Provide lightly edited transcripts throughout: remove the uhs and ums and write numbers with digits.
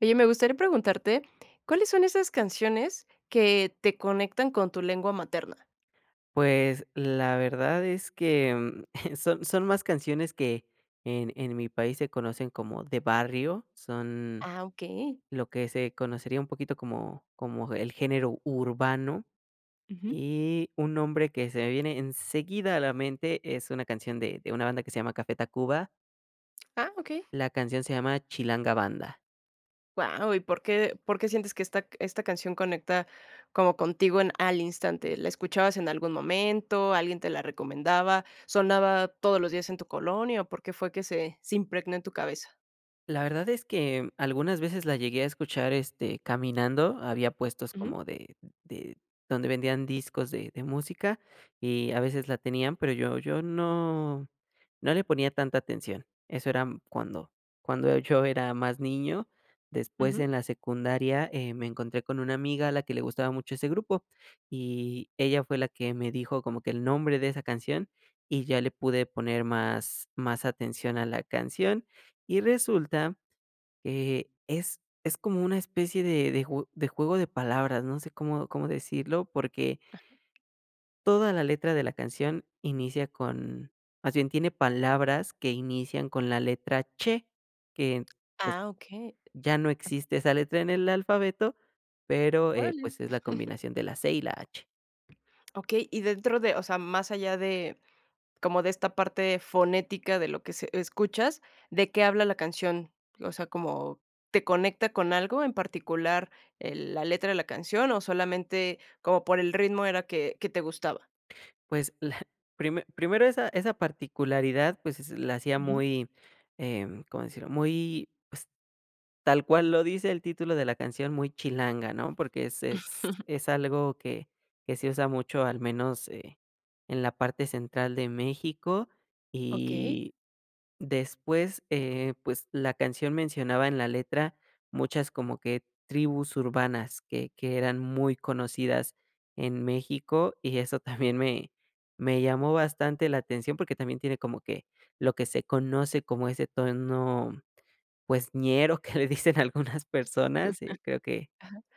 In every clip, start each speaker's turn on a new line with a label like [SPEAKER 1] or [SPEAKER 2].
[SPEAKER 1] Oye, me gustaría preguntarte, ¿cuáles son esas canciones que te conectan con tu lengua materna?
[SPEAKER 2] Pues, la verdad es que, son más canciones que en mi país se conocen como de barrio, son
[SPEAKER 1] Ah, okey.
[SPEAKER 2] lo que se conocería un poquito como como el género urbano,
[SPEAKER 1] Ujú.
[SPEAKER 2] y un nombre que se me viene enseguida a la mente es una canción de una banda que se llama Café Tacuba,
[SPEAKER 1] Ah, okey.
[SPEAKER 2] la canción se llama Chilanga Banda.
[SPEAKER 1] Wow. ¿Y por qué sientes que esta canción conecta como contigo en al instante? ¿La escuchabas en algún momento? ¿Alguien te la recomendaba? ¿Sonaba todos los días en tu colonia? ¿O por qué fue que se impregnó en tu cabeza?
[SPEAKER 2] La verdad es que algunas veces la llegué a escuchar, este, caminando, había puestos
[SPEAKER 1] Ujú,
[SPEAKER 2] como de donde vendían discos de música, y a veces la tenían, pero yo no no le ponía tanta atención. Eso era cuando yo era más niño. Después
[SPEAKER 1] ujú.
[SPEAKER 2] en la secundaria, me encontré con una amiga a la que le gustaba mucho ese grupo, y ella fue la que me dijo como que el nombre de esa canción, y ya le pude poner más atención a la canción, y resulta que es como una especie de juego de palabras, no sé cómo decirlo, porque toda la letra de la canción inicia con más bien tiene palabras que inician con la letra che, que, pues,
[SPEAKER 1] Ah, okey.
[SPEAKER 2] ya no existe esa letra en el alfabeto, pero,
[SPEAKER 1] Órale.
[SPEAKER 2] pues, es la combinación de la C y la H.
[SPEAKER 1] Okey, y dentro de, o sea, más allá de como de esta parte fonética de lo que se escuchas, ¿de qué habla la canción? O sea, como, ¿te conecta con algo en particular, la letra de la canción, o solamente como por el ritmo era que te gustaba?
[SPEAKER 2] Pues, la primero esa particularidad, pues, es la hacía
[SPEAKER 1] Ujú.
[SPEAKER 2] muy, ¿cómo decirlo? Muy, pues, tal cual lo dice el título de la canción, muy chilanga, ¿no? Porque es es es algo que se usa mucho, al menos, en la parte central de México.
[SPEAKER 1] Okey,
[SPEAKER 2] Y después, pues, la canción mencionaba en la letra muchas como que tribus urbanas que eran muy conocidas en México, y eso también me llamó bastante la atención, porque también tiene como que lo que se conoce como ese tono pues, ñero que le dicen algunas personas, y creo que,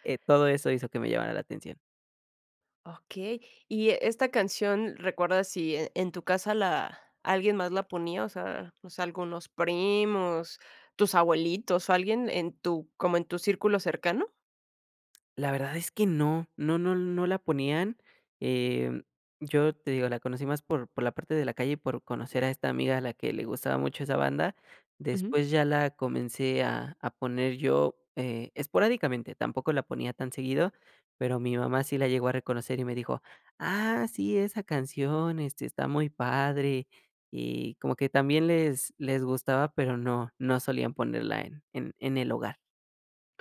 [SPEAKER 2] todo eso hizo que me llamara la atención.
[SPEAKER 1] okey. Y esta canción, ¿recuerdas si e en tu casa la alguien más la ponía? O sea, no sé, algunos primos, tus abuelitos o alguien en tu como en tu círculo cercano.
[SPEAKER 2] La verdad es que no, no no no la ponían, em, yo te digo, la conocí más por la parte de la calle y por conocer a esta amiga a la que le gustaba mucho esa banda, después ya la comencé a poner yo, esporádicamente, tampoco la ponía tan seguido, pero mi mamá sí la llegó a reconocer y me dijo: "Ah, sí, esa canción, este, está muy padre", y como que también les gustaba, pero no no solían ponerla en el hogar.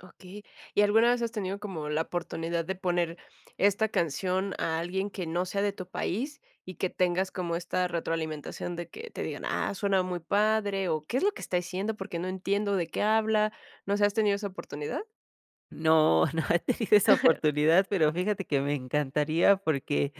[SPEAKER 1] Okey, ¿y alguna vez has tenido como la oportunidad de poner esta canción a alguien que no sea de tu país y que tengas como esta retroalimentación de que te digan: "Ah, suena muy padre", o "¿Qué es lo que está diciendo? Porque no entiendo de qué habla", no sé, ¿has tenido esa oportunidad?
[SPEAKER 2] No, no he tenido esa oportunidad, pero fíjate que me encantaría porque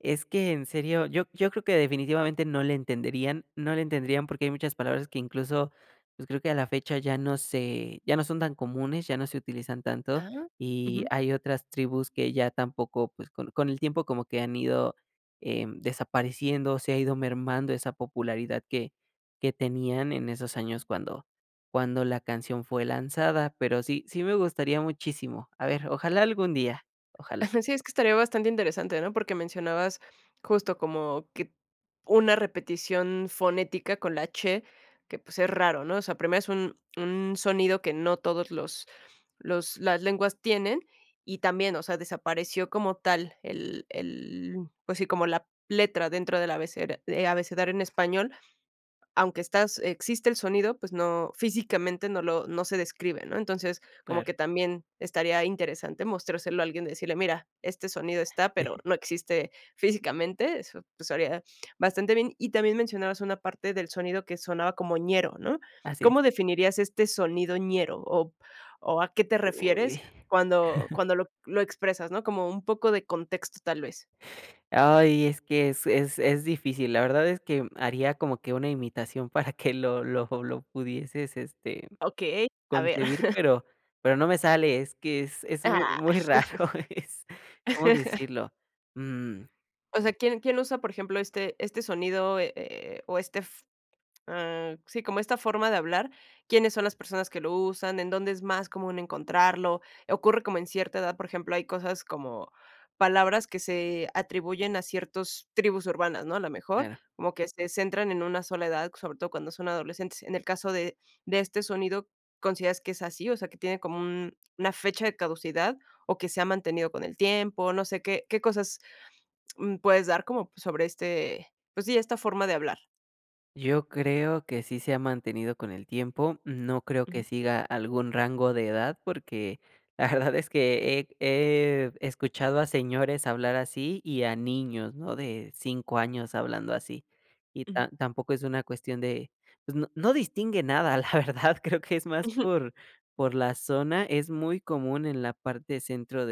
[SPEAKER 2] es que en serio, yo creo que definitivamente no le entenderían, no le entenderían porque hay muchas palabras que incluso, pues, creo que a la fecha ya no son tan comunes, ya no se utilizan tanto,
[SPEAKER 1] Ah,
[SPEAKER 2] y
[SPEAKER 1] ujú.
[SPEAKER 2] hay otras tribus que ya tampoco, pues, con el tiempo como que han ido, desapareciendo, se ha ido mermando esa popularidad que tenían en esos años cuando la canción fue lanzada, pero sí, sí me gustaría muchísimo. A ver, ojalá algún día, ojalá.
[SPEAKER 1] Sí, es que estaría bastante interesante, ¿no? Porque mencionabas justo como que una repetición fonética con la che, que, pues, es raro, ¿no? O sea, primero es un sonido que no todos los las lenguas tienen, y también, o sea, desapareció como tal el, pues sí, como la letra dentro del abecera abecedario en español, aunque estás existe el sonido, pues no físicamente no lo no se describe, ¿no? Entonces, como
[SPEAKER 2] Claro.
[SPEAKER 1] que también estaría interesante mostrárselo a alguien, decirle: "Mira, este sonido está, pero no existe físicamente". Eso, pues, haría bastante bien. Y también mencionabas una parte del sonido que sonaba como ñero, ¿no?
[SPEAKER 2] Así es.
[SPEAKER 1] ¿Cómo definirías este sonido ñero o a qué te
[SPEAKER 2] Uy.
[SPEAKER 1] refieres cuando lo expresas, no? Como un poco de contexto, tal vez.
[SPEAKER 2] Ay, es que es difícil. La verdad es que haría como que una imitación para que lo pudieses, este,
[SPEAKER 1] Okey, a ver.
[SPEAKER 2] concebir, pero no me sale, es que es muy muy raro, es, ¿cómo
[SPEAKER 1] Ah.
[SPEAKER 2] decirlo? Mm,
[SPEAKER 1] O sea, ¿quién usa, por ejemplo, este sonido, o este f sí, como esta forma de hablar? ¿Quiénes son las personas que lo usan? ¿En dónde es más común encontrarlo? ¿Ocurre como en cierta edad? Por ejemplo, hay cosas como palabras que se atribuyen a ciertos tribus urbanas, ¿no? A lo mejor,
[SPEAKER 2] claro.
[SPEAKER 1] como que se centran en una sola edad, sobre todo cuando son adolescentes. En el caso de este sonido, ¿consideras que es así? O sea, que tiene como un una fecha de caducidad, o que se ha mantenido con el tiempo, no sé, ¿qué cosas puedes dar como sobre este, pues sí, esta forma de hablar.
[SPEAKER 2] Yo creo que sí se ha mantenido con el tiempo, no creo que
[SPEAKER 1] Ujú,
[SPEAKER 2] siga algún rango de edad porque la verdad es que he escuchado a señores hablar así y a niños, ¿no? De 5 años hablando así. Y
[SPEAKER 1] ujú.
[SPEAKER 2] tampoco es una cuestión de, pues no, no distingue nada, la verdad, creo que es más
[SPEAKER 1] Ujú.
[SPEAKER 2] por la zona, es muy común en la parte centro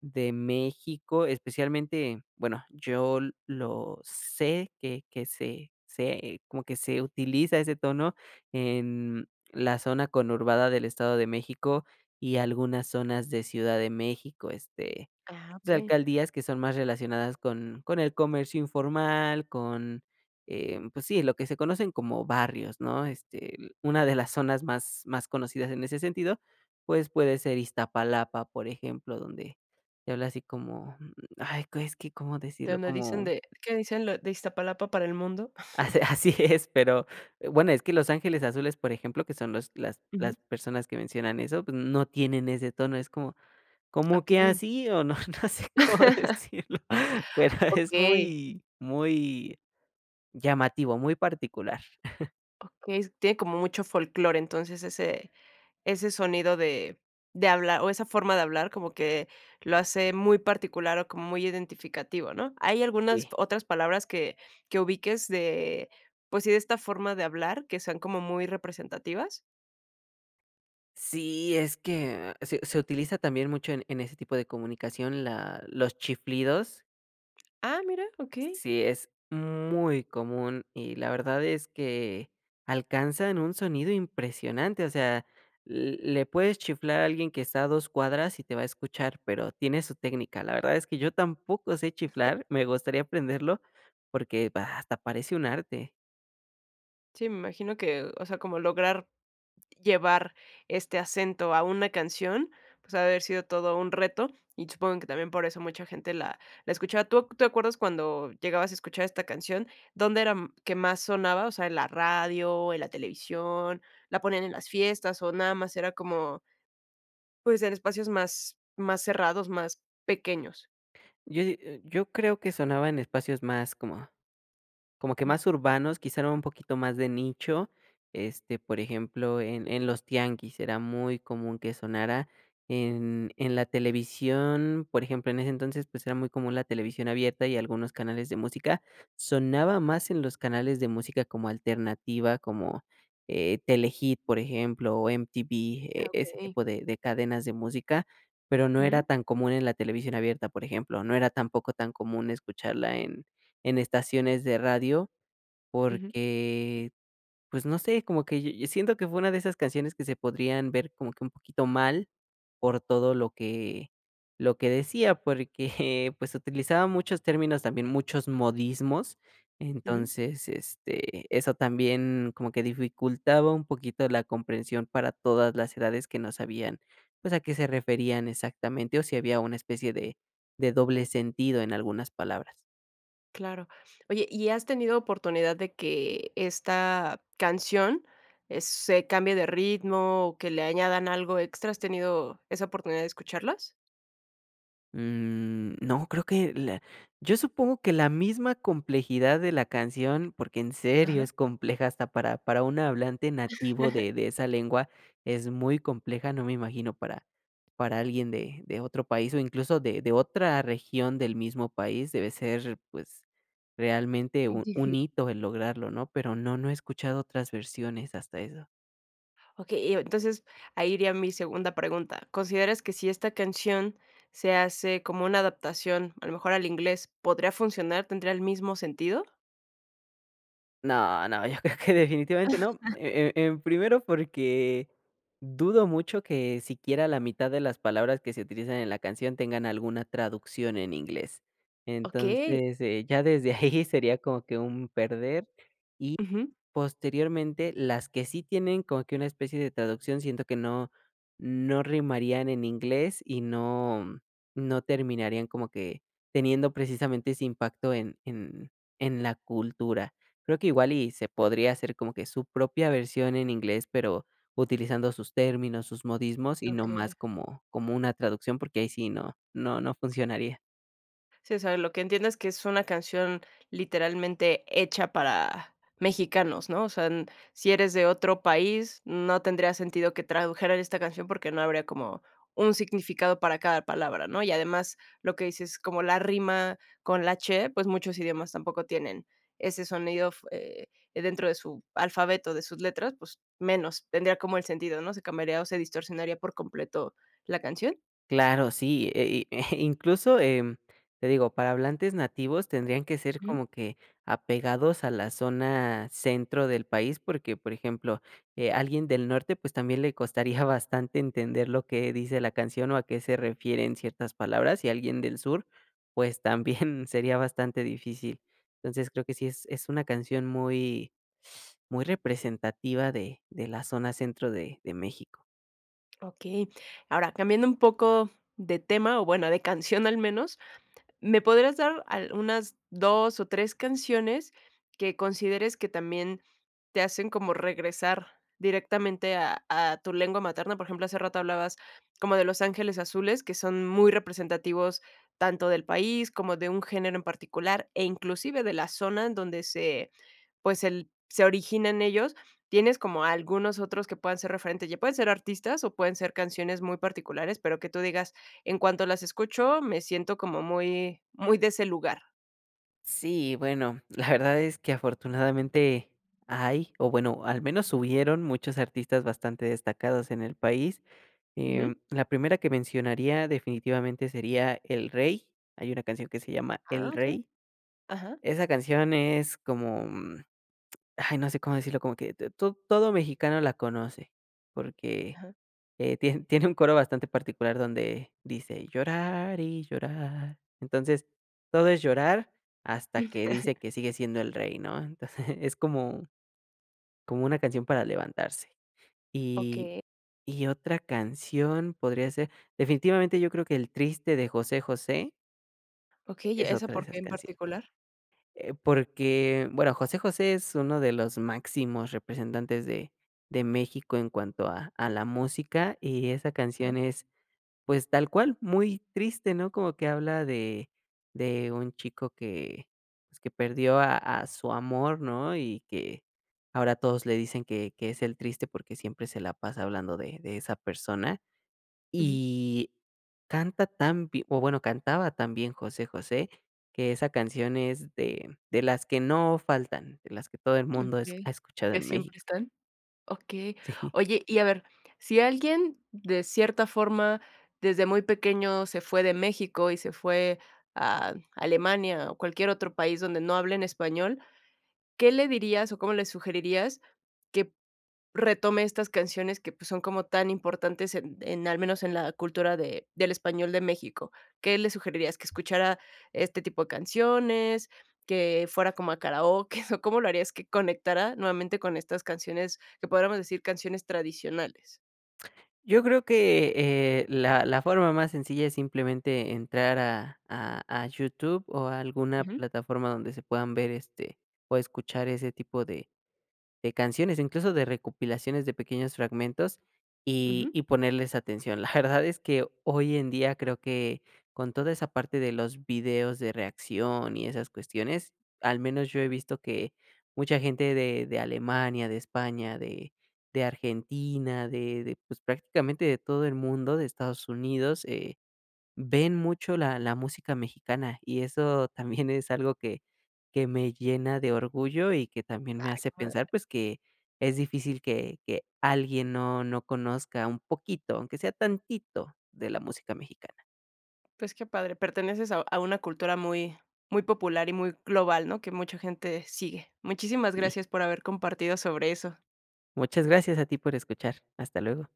[SPEAKER 2] de México, especialmente, bueno, yo lo sé que se como que se utiliza ese tono en la zona conurbada del Estado de México y algunas zonas de Ciudad de México, este
[SPEAKER 1] Ah,
[SPEAKER 2] o sea,
[SPEAKER 1] okey.
[SPEAKER 2] alcaldías que son más relacionadas con el comercio informal, con, pues sí, lo que se conocen como barrios, ¿no? Este, una de las zonas más conocidas en ese sentido, pues, puede ser Iztapalapa, por ejemplo, donde se habla así como, mm, ay, es que, ¿cómo
[SPEAKER 1] De
[SPEAKER 2] decirlo?
[SPEAKER 1] donde dicen
[SPEAKER 2] Como
[SPEAKER 1] de ¿qué dicen lo de Iztapalapa para el mundo?
[SPEAKER 2] así así es, pero bueno, es que Los Ángeles Azules, por ejemplo, que son los
[SPEAKER 1] Ujú,
[SPEAKER 2] las personas que mencionan eso, pues, no tienen ese tono, es como ¿Cómo que
[SPEAKER 1] okey.
[SPEAKER 2] así? O no, no sé cómo decirlo, pero es
[SPEAKER 1] Okey,
[SPEAKER 2] muy, muy llamativo, muy particular.
[SPEAKER 1] okey, s tiene como mucho folclore, entonces ese ese sonido de hablar o esa forma de hablar como que lo hace muy particular o como muy identificativo, ¿no? ¿Hay algunas
[SPEAKER 2] Sí.
[SPEAKER 1] otras palabras que ubiques de, pues sí, de esta forma de hablar que sean como muy representativas?
[SPEAKER 2] Sí, es que se utiliza también mucho en ese tipo de comunicación la los chiflidos,
[SPEAKER 1] Ah, mira, okey.
[SPEAKER 2] sí, es muy común y la verdad es que alcanzan un sonido impresionante, o sea, le puedes chiflar a alguien que está a 2 cuadras y te va a escuchar, pero tiene su técnica. La verdad es que yo tampoco sé chiflar, me gustaría aprenderlo porque bah, hasta parece un arte.
[SPEAKER 1] Sí, me imagino que, o sea, como lograr llevar este acento a una canción, pues, ha de haber sido todo un reto, y supongo que también por eso mucha gente la escuchaba. ¿Tú te acuerdas cuando llegabas a escuchar esta canción, dónde era m que más sonaba? O sea, ¿en la radio, en la televisión, la ponían en las fiestas o nada más era como, pues, en espacios más más cerrados, más pequeños?
[SPEAKER 2] Yo creo que sonaba en espacios más como que
[SPEAKER 1] Ujú.
[SPEAKER 2] más urbanos, quizá era un poquito más de nicho, este, por ejemplo, en los tianguis era muy común que sonara, en la televisión, por ejemplo, en ese entonces, pues, era muy común la televisión abierta y algunos canales de música, sonaba más en los canales de música como alternativa, como, Telehit, por ejemplo, o MTV, e
[SPEAKER 1] Ah,
[SPEAKER 2] ese
[SPEAKER 1] okey.
[SPEAKER 2] tipo de cadenas de música, pero no era
[SPEAKER 1] Ujú,
[SPEAKER 2] tan común en la televisión abierta, por ejemplo, no era tampoco tan común escucharla en estaciones de radio,
[SPEAKER 1] ujú,
[SPEAKER 2] porque, pues, no sé, como que yo siento que fue una de esas canciones que se podrían ver como que un poquito mal por todo lo que decía, porque, pues, utilizaba muchos términos, también muchos modismos.
[SPEAKER 1] ujú.
[SPEAKER 2] Entonces, este, eso también como que dificultaba un poquito la comprensión para todas las edades que no sabían, pues, a qué se referían exactamente, o si había una especie de doble sentido en algunas palabras.
[SPEAKER 1] Claro. Oye, ¿y has tenido oportunidad de que esta canción, se cambie de ritmo o que le añadan algo extra? ¿Has tenido esa oportunidad de escucharlas?
[SPEAKER 2] Mm, no, creo que la yo supongo que la misma complejidad de la canción, porque en serio
[SPEAKER 1] Ajá.
[SPEAKER 2] es compleja hasta para un hablante nativo de esa lengua, es muy compleja, no me imagino para alguien de otro país o incluso de otra región del mismo país, debe ser, pues, realmente un
[SPEAKER 1] Ujú.
[SPEAKER 2] hito el lograrlo, ¿no? Pero no, no he escuchado otras versiones hasta eso.
[SPEAKER 1] Okey, entonces ahí iría mi segunda pregunta. ¿Consideras que si esta canción se hace como una adaptación, a lo mejor al inglés, podría funcionar? ¿Tendría el mismo sentido?
[SPEAKER 2] No, no, yo creo que definitivamente no. En primero, porque dudo mucho que siquiera la mitad de las palabras que se utilizan en la canción tengan alguna traducción en inglés.
[SPEAKER 1] Okey.
[SPEAKER 2] Entonces, ya desde ahí sería como que un perder. Y
[SPEAKER 1] Ujú.
[SPEAKER 2] posteriormente, las que sí tienen como que una especie de traducción, siento que no no rimarían en inglés y no no terminarían como que teniendo precisamente ese impacto en la cultura. Creo que igual y se podría hacer como que su propia versión en inglés, pero utilizando sus términos, sus modismos y no más
[SPEAKER 1] Ok.
[SPEAKER 2] como como una traducción, porque ahí sí no no no funcionaría.
[SPEAKER 1] Sí, o sea, lo que entiendo es que es una canción literalmente hecha para mexicanos, ¿no? O sea, n- si eres de otro país, no tendría sentido que tradujeran esta canción porque no habría como un significado para cada palabra, ¿no? Y además, lo que dices, como la rima con la che, pues muchos idiomas tampoco tienen ese sonido f- dentro de su alfabeto, de sus letras, pues menos, tendría como el sentido, ¿no? Se cambiaría o se distorsionaría por completo la canción.
[SPEAKER 2] Claro, sí, y incluso, te digo, para hablantes nativos tendrían que ser como que apegados a la zona centro del país, porque, por ejemplo, alguien del norte, pues, también le costaría bastante entender lo que dice la canción o a qué se refieren ciertas palabras, y alguien del sur, pues, también sería bastante difícil. Entonces, creo que sí es una canción muy muy representativa de la zona centro de México.
[SPEAKER 1] Okey. Ahora, cambiando un poco de tema, o bueno, de canción al menos, ¿me podrías dar al unas 2 o 3 canciones que consideres que también te hacen como regresar directamente a tu lengua materna? Por ejemplo, hace rato hablabas como de Los Ángeles Azules, que son muy representativos tanto del país como de un género en particular, e inclusive de la zona en donde se pues, el se origina en ellos. Tienes como algunos otros que puedan ser referentes, ya pueden ser artistas o pueden ser canciones muy particulares, pero que tú digas: "En cuanto las escucho, me siento como muy muy de ese lugar".
[SPEAKER 2] Sí, bueno, la verdad es que afortunadamente hay, o bueno, al menos hubieron muchos artistas bastante destacados en el país.
[SPEAKER 1] Ujú.
[SPEAKER 2] La primera que mencionaría definitivamente sería El Rey. Hay una canción que se llama
[SPEAKER 1] Ah,
[SPEAKER 2] El
[SPEAKER 1] okey.
[SPEAKER 2] Rey.
[SPEAKER 1] Ajá,
[SPEAKER 2] Esa canción es como, mm, ay, no sé cómo decirlo, como que todo mexicano la conoce, porque
[SPEAKER 1] ajá.
[SPEAKER 2] tiene un coro bastante particular donde dice: "Llorar y llorar". Entonces, todo es llorar hasta que dice que sigue siendo el rey, ¿no? Entonces, es como una canción para levantarse. Y
[SPEAKER 1] Okey,
[SPEAKER 2] y otra canción podría ser definitivamente yo creo que El triste de José José
[SPEAKER 1] okey, ¿y
[SPEAKER 2] es
[SPEAKER 1] esa
[SPEAKER 2] otra de
[SPEAKER 1] por qué
[SPEAKER 2] esas
[SPEAKER 1] en
[SPEAKER 2] canciones,
[SPEAKER 1] particular?
[SPEAKER 2] porque, bueno, José José es uno de los máximos representantes de México en cuanto a la música, y esa
[SPEAKER 1] Ajá,
[SPEAKER 2] canción es pues tal cual, muy triste, ¿no? Como que habla de un chico que, pues, que perdió a su amor, ¿no? Y que ahora todos le dicen que es el triste porque siempre se la pasa hablando de esa persona.
[SPEAKER 1] ujú.
[SPEAKER 2] Y canta tan bi o bueno, cantaba tan bien José José, que esa canción es de las que no faltan, de las que todo el mundo es
[SPEAKER 1] Okey,
[SPEAKER 2] ha escuchado
[SPEAKER 1] que
[SPEAKER 2] en
[SPEAKER 1] siempre
[SPEAKER 2] México.
[SPEAKER 1] están. Okey.
[SPEAKER 2] Sí.
[SPEAKER 1] Oye, y a ver, si alguien de cierta forma, desde muy pequeño se fue de México y se fue a Alemania o cualquier otro país donde no hablen español, ¿qué le dirías o cómo le sugerirías que retome estas canciones que, pues, son como tan importantes en al menos en la cultura de del español de México. ¿Qué le sugerirías? ¿Que escuchara este tipo de canciones, que fuera como a karaoke o cómo lo harías que conectara nuevamente con estas canciones que podríamos decir canciones tradicionales?
[SPEAKER 2] Yo creo que, la forma más sencilla es simplemente entrar a YouTube o a alguna
[SPEAKER 1] Ujú,
[SPEAKER 2] plataforma donde se puedan ver, este, o escuchar ese tipo de canciones, o incluso de recopilaciones de pequeños fragmentos y
[SPEAKER 1] ujú.
[SPEAKER 2] y ponerles atención. La verdad es que hoy en día creo que con toda esa parte de los videos de reacción y esas cuestiones, al menos yo he visto que mucha gente de Alemania, de España, de Argentina, de, pues, prácticamente de todo el mundo, de Estados Unidos, ven mucho la música mexicana, y eso también es algo que me llena de orgullo y que también me
[SPEAKER 1] Ay, qué
[SPEAKER 2] hace
[SPEAKER 1] padre.
[SPEAKER 2] pensar, pues, que es difícil que alguien no no conozca un poquito, aunque sea tantito, de la música mexicana.
[SPEAKER 1] Pues, qué padre. Perteneces a una cultura muy muy popular y muy global, ¿no? Que mucha gente sigue. Muchísimas
[SPEAKER 2] Sí.
[SPEAKER 1] gracias por haber compartido sobre eso.
[SPEAKER 2] Muchas gracias a ti por escuchar. Hasta luego.